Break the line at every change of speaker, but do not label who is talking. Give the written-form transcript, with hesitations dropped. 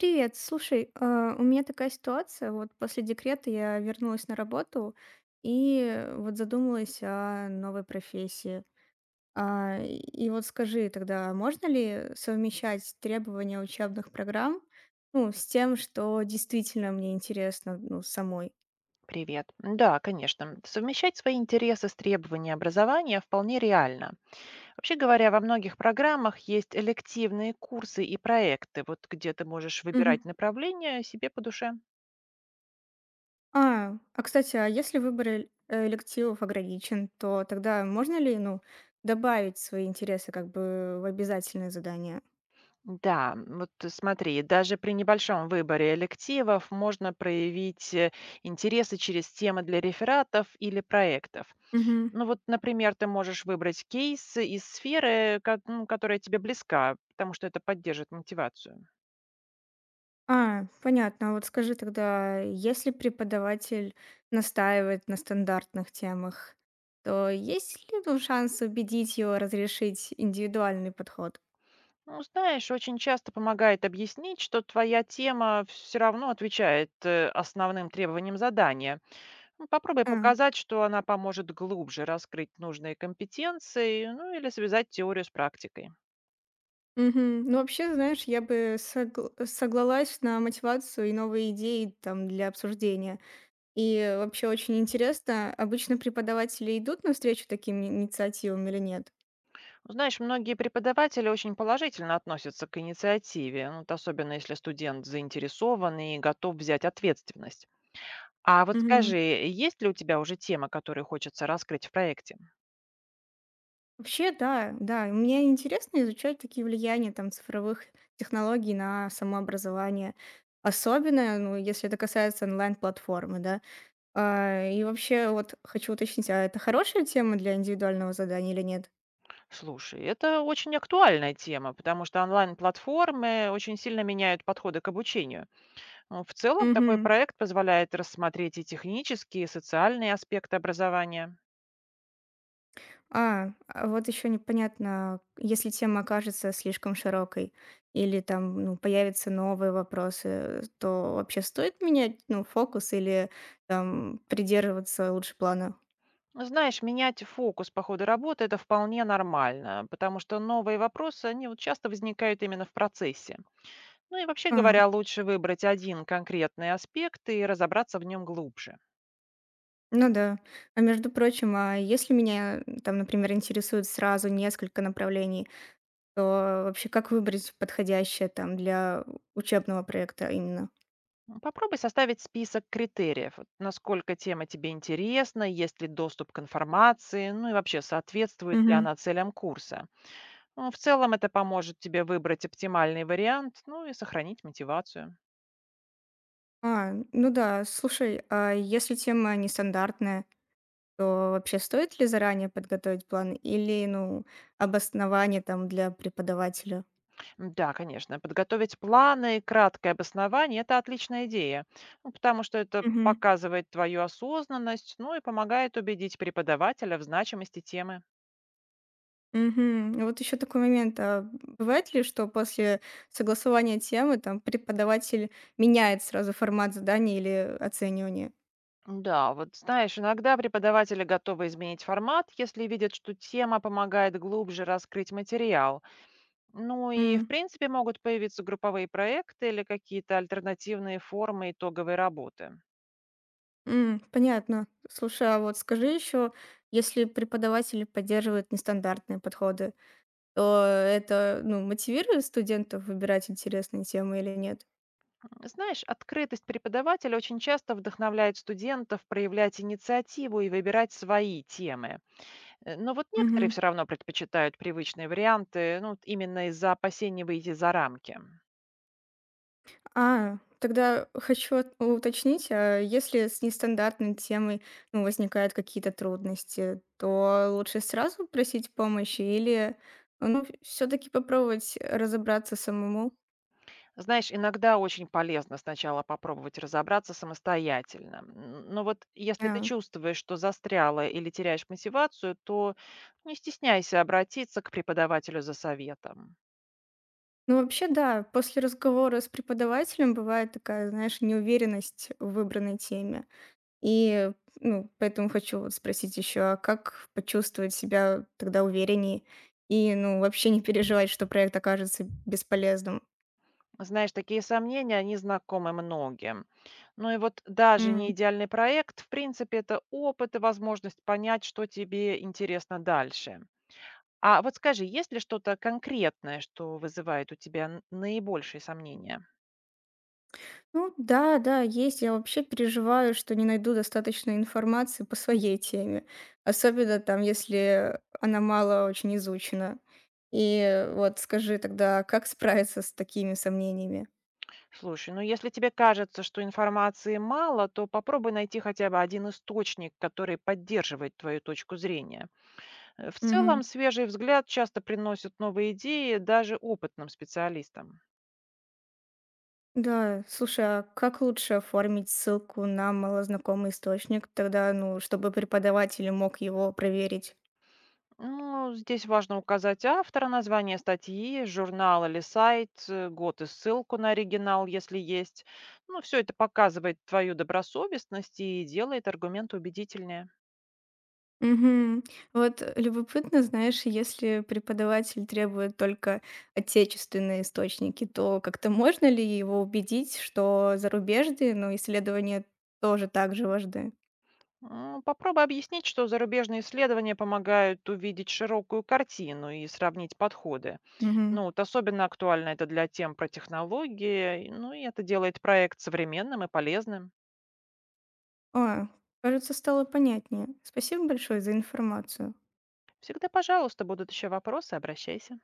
Привет, слушай, у меня такая ситуация. Вот после декрета я вернулась на работу и вот задумалась о новой профессии. А, И и вот скажи тогда, можно ли совмещать требования учебных программ, ну, с тем, что действительно мне интересно, ну, самой?
Привет. Да, конечно. Совмещать свои интересы с требованиями образования вполне реально. Вообще говоря, во многих программах есть элективные курсы и проекты, вот где ты можешь выбирать
Мгм.
направление себе по душе.
А кстати, а если выбор элективов ограничен, то тогда можно ли, ну, добавить свои интересы как бы в обязательное задание?
Да, вот смотри, даже при небольшом выборе элективов можно проявить интересы через темы для рефератов или проектов. Ну вот, например, ты можешь выбрать кейсы из сферы, ну, которая тебе близка, потому что это поддержит мотивацию.
Понятно. А вот скажи тогда, если преподаватель настаивает на стандартных темах, то есть ли, ну, шанс убедить его разрешить индивидуальный подход?
Ну, знаешь, очень часто помогает объяснить, что твоя тема все равно отвечает основным требованиям задания. Ну, попробуй
А,
показать, что она поможет глубже раскрыть нужные компетенции, ну или связать теорию с практикой.
Мгм. Ну, вообще, знаешь, я бы соглалась на мотивацию и новые идеи там для обсуждения. И вообще очень интересно, обычно преподаватели идут навстречу таким инициативам или нет?
Ну, знаешь, многие преподаватели очень положительно относятся к инициативе, ну, вот особенно если студент заинтересован и готов взять ответственность. А вот скажи,
Мгм.
есть ли у тебя уже тема, которую хочется раскрыть в проекте?
Вообще, да, да. И мне интересно изучать такие влияния там цифровых технологий на самообразование. Особенно, ну, если это касается онлайн-платформы, да. И вообще, вот хочу уточнить, а это хорошая тема для индивидуального задания или нет?
Слушай, это очень актуальная тема, потому что онлайн-платформы очень сильно меняют подходы к обучению. Ну, в целом, такой
Мгм.
проект позволяет рассмотреть и технические, и социальные аспекты образования.
А вот еще непонятно, если тема окажется слишком широкой или там, ну, появятся новые вопросы, то вообще стоит менять, ну, фокус или там придерживаться лучше плана?
Ну, знаешь, менять фокус по ходу работы– это вполне нормально, потому что новые вопросы, они вот часто возникают именно в процессе. Ну и вообще говоря, лучше выбрать один конкретный аспект и разобраться в нем глубже.
Ну да. А между прочим, а если меня там, например, интересует сразу несколько направлений, то вообще как выбрать подходящее там для учебного проекта именно?
Попробуй составить список критериев, вот насколько тема тебе интересна, есть ли доступ к информации, ну и вообще соответствует ли
Мгм.
она целям курса. Ну, в целом это поможет тебе выбрать оптимальный вариант, ну и сохранить мотивацию.
Ну да, слушай, а если тема нестандартная, то вообще стоит ли заранее подготовить план или, ну, обоснование там для преподавателя?
Да, конечно, подготовить планы и краткое обоснование– это отличная идея, ну, потому что это показывает твою осознанность, ну и помогает убедить преподавателя в значимости темы.
Мгм. Вот еще такой момент. А бывает ли, что после согласования темы там преподаватель меняет сразу формат задания или оценивания?
Да, вот знаешь, иногда преподаватели готовы изменить формат, если видят, что тема помогает глубже раскрыть материал. Ну и, в
М,
принципе, могут появиться групповые проекты или какие-то альтернативные формы итоговой работы.
понятно. Слушай, а вот скажи еще, если преподаватели поддерживают нестандартные подходы, то это, ну, мотивирует студентов выбирать интересные темы или нет?
Знаешь, открытость преподавателя очень часто вдохновляет студентов проявлять инициативу и выбирать свои темы. Но вот некоторые все равно предпочитают привычные варианты, ну, вот именно из-за опасений выйти за рамки.
Тогда хочу уточнить, а если с нестандартной темой, ну, возникают какие-то трудности, то лучше сразу просить помощи или, ну, все-таки попробовать разобраться самому?
Знаешь, иногда очень полезно сначала попробовать разобраться самостоятельно. Но вот если ты
А,
чувствуешь, что застряла или теряешь мотивацию, то не стесняйся обратиться к преподавателю за советом.
Ну, вообще, да, после разговора с преподавателем бывает такая, знаешь, неуверенность в выбранной теме. И, ну, поэтому хочу вот спросить еще, а как почувствовать себя тогда увереннее и, ну, вообще не переживать, что проект окажется бесполезным?
Знаешь, такие сомнения, они знакомы многим. Ну и вот даже не идеальный проект, в принципе, это опыт и возможность понять, что тебе интересно дальше. А вот скажи, есть ли что-то конкретное, что вызывает у тебя наибольшие сомнения?
Ну да, да, есть. Я вообще переживаю, что не найду достаточно информации по своей теме. Особенно там, если она мало очень изучена. И вот скажи тогда, как справиться с такими сомнениями?
Слушай, ну если тебе кажется, что информации мало, то попробуй найти хотя бы один источник, который поддерживает твою точку зрения. В целом,
Мгм.
свежий взгляд часто приносит новые идеи даже опытным специалистам.
Да, слушай, а как лучше оформить ссылку на малознакомый источник тогда, ну, чтобы преподаватель мог его проверить?
Ну, здесь важно указать автора, название статьи, журнал или сайт, год и ссылку на оригинал, если есть. Ну, все это показывает твою добросовестность и делает аргумент убедительнее.
Мгм. Вот, любопытно, знаешь, если преподаватель требует только отечественные источники, то как-то можно ли его убедить, что зарубежные, но исследования тоже так же важны?
Попробуй объяснить, что зарубежные исследования помогают увидеть широкую картину и сравнить подходы.
Мгм.
Ну, вот особенно актуально это для тем про технологии, ну и это делает проект современным и полезным.
О, кажется, стало понятнее. Спасибо большое за информацию.
Всегда, пожалуйста, будут еще вопросы, обращайся.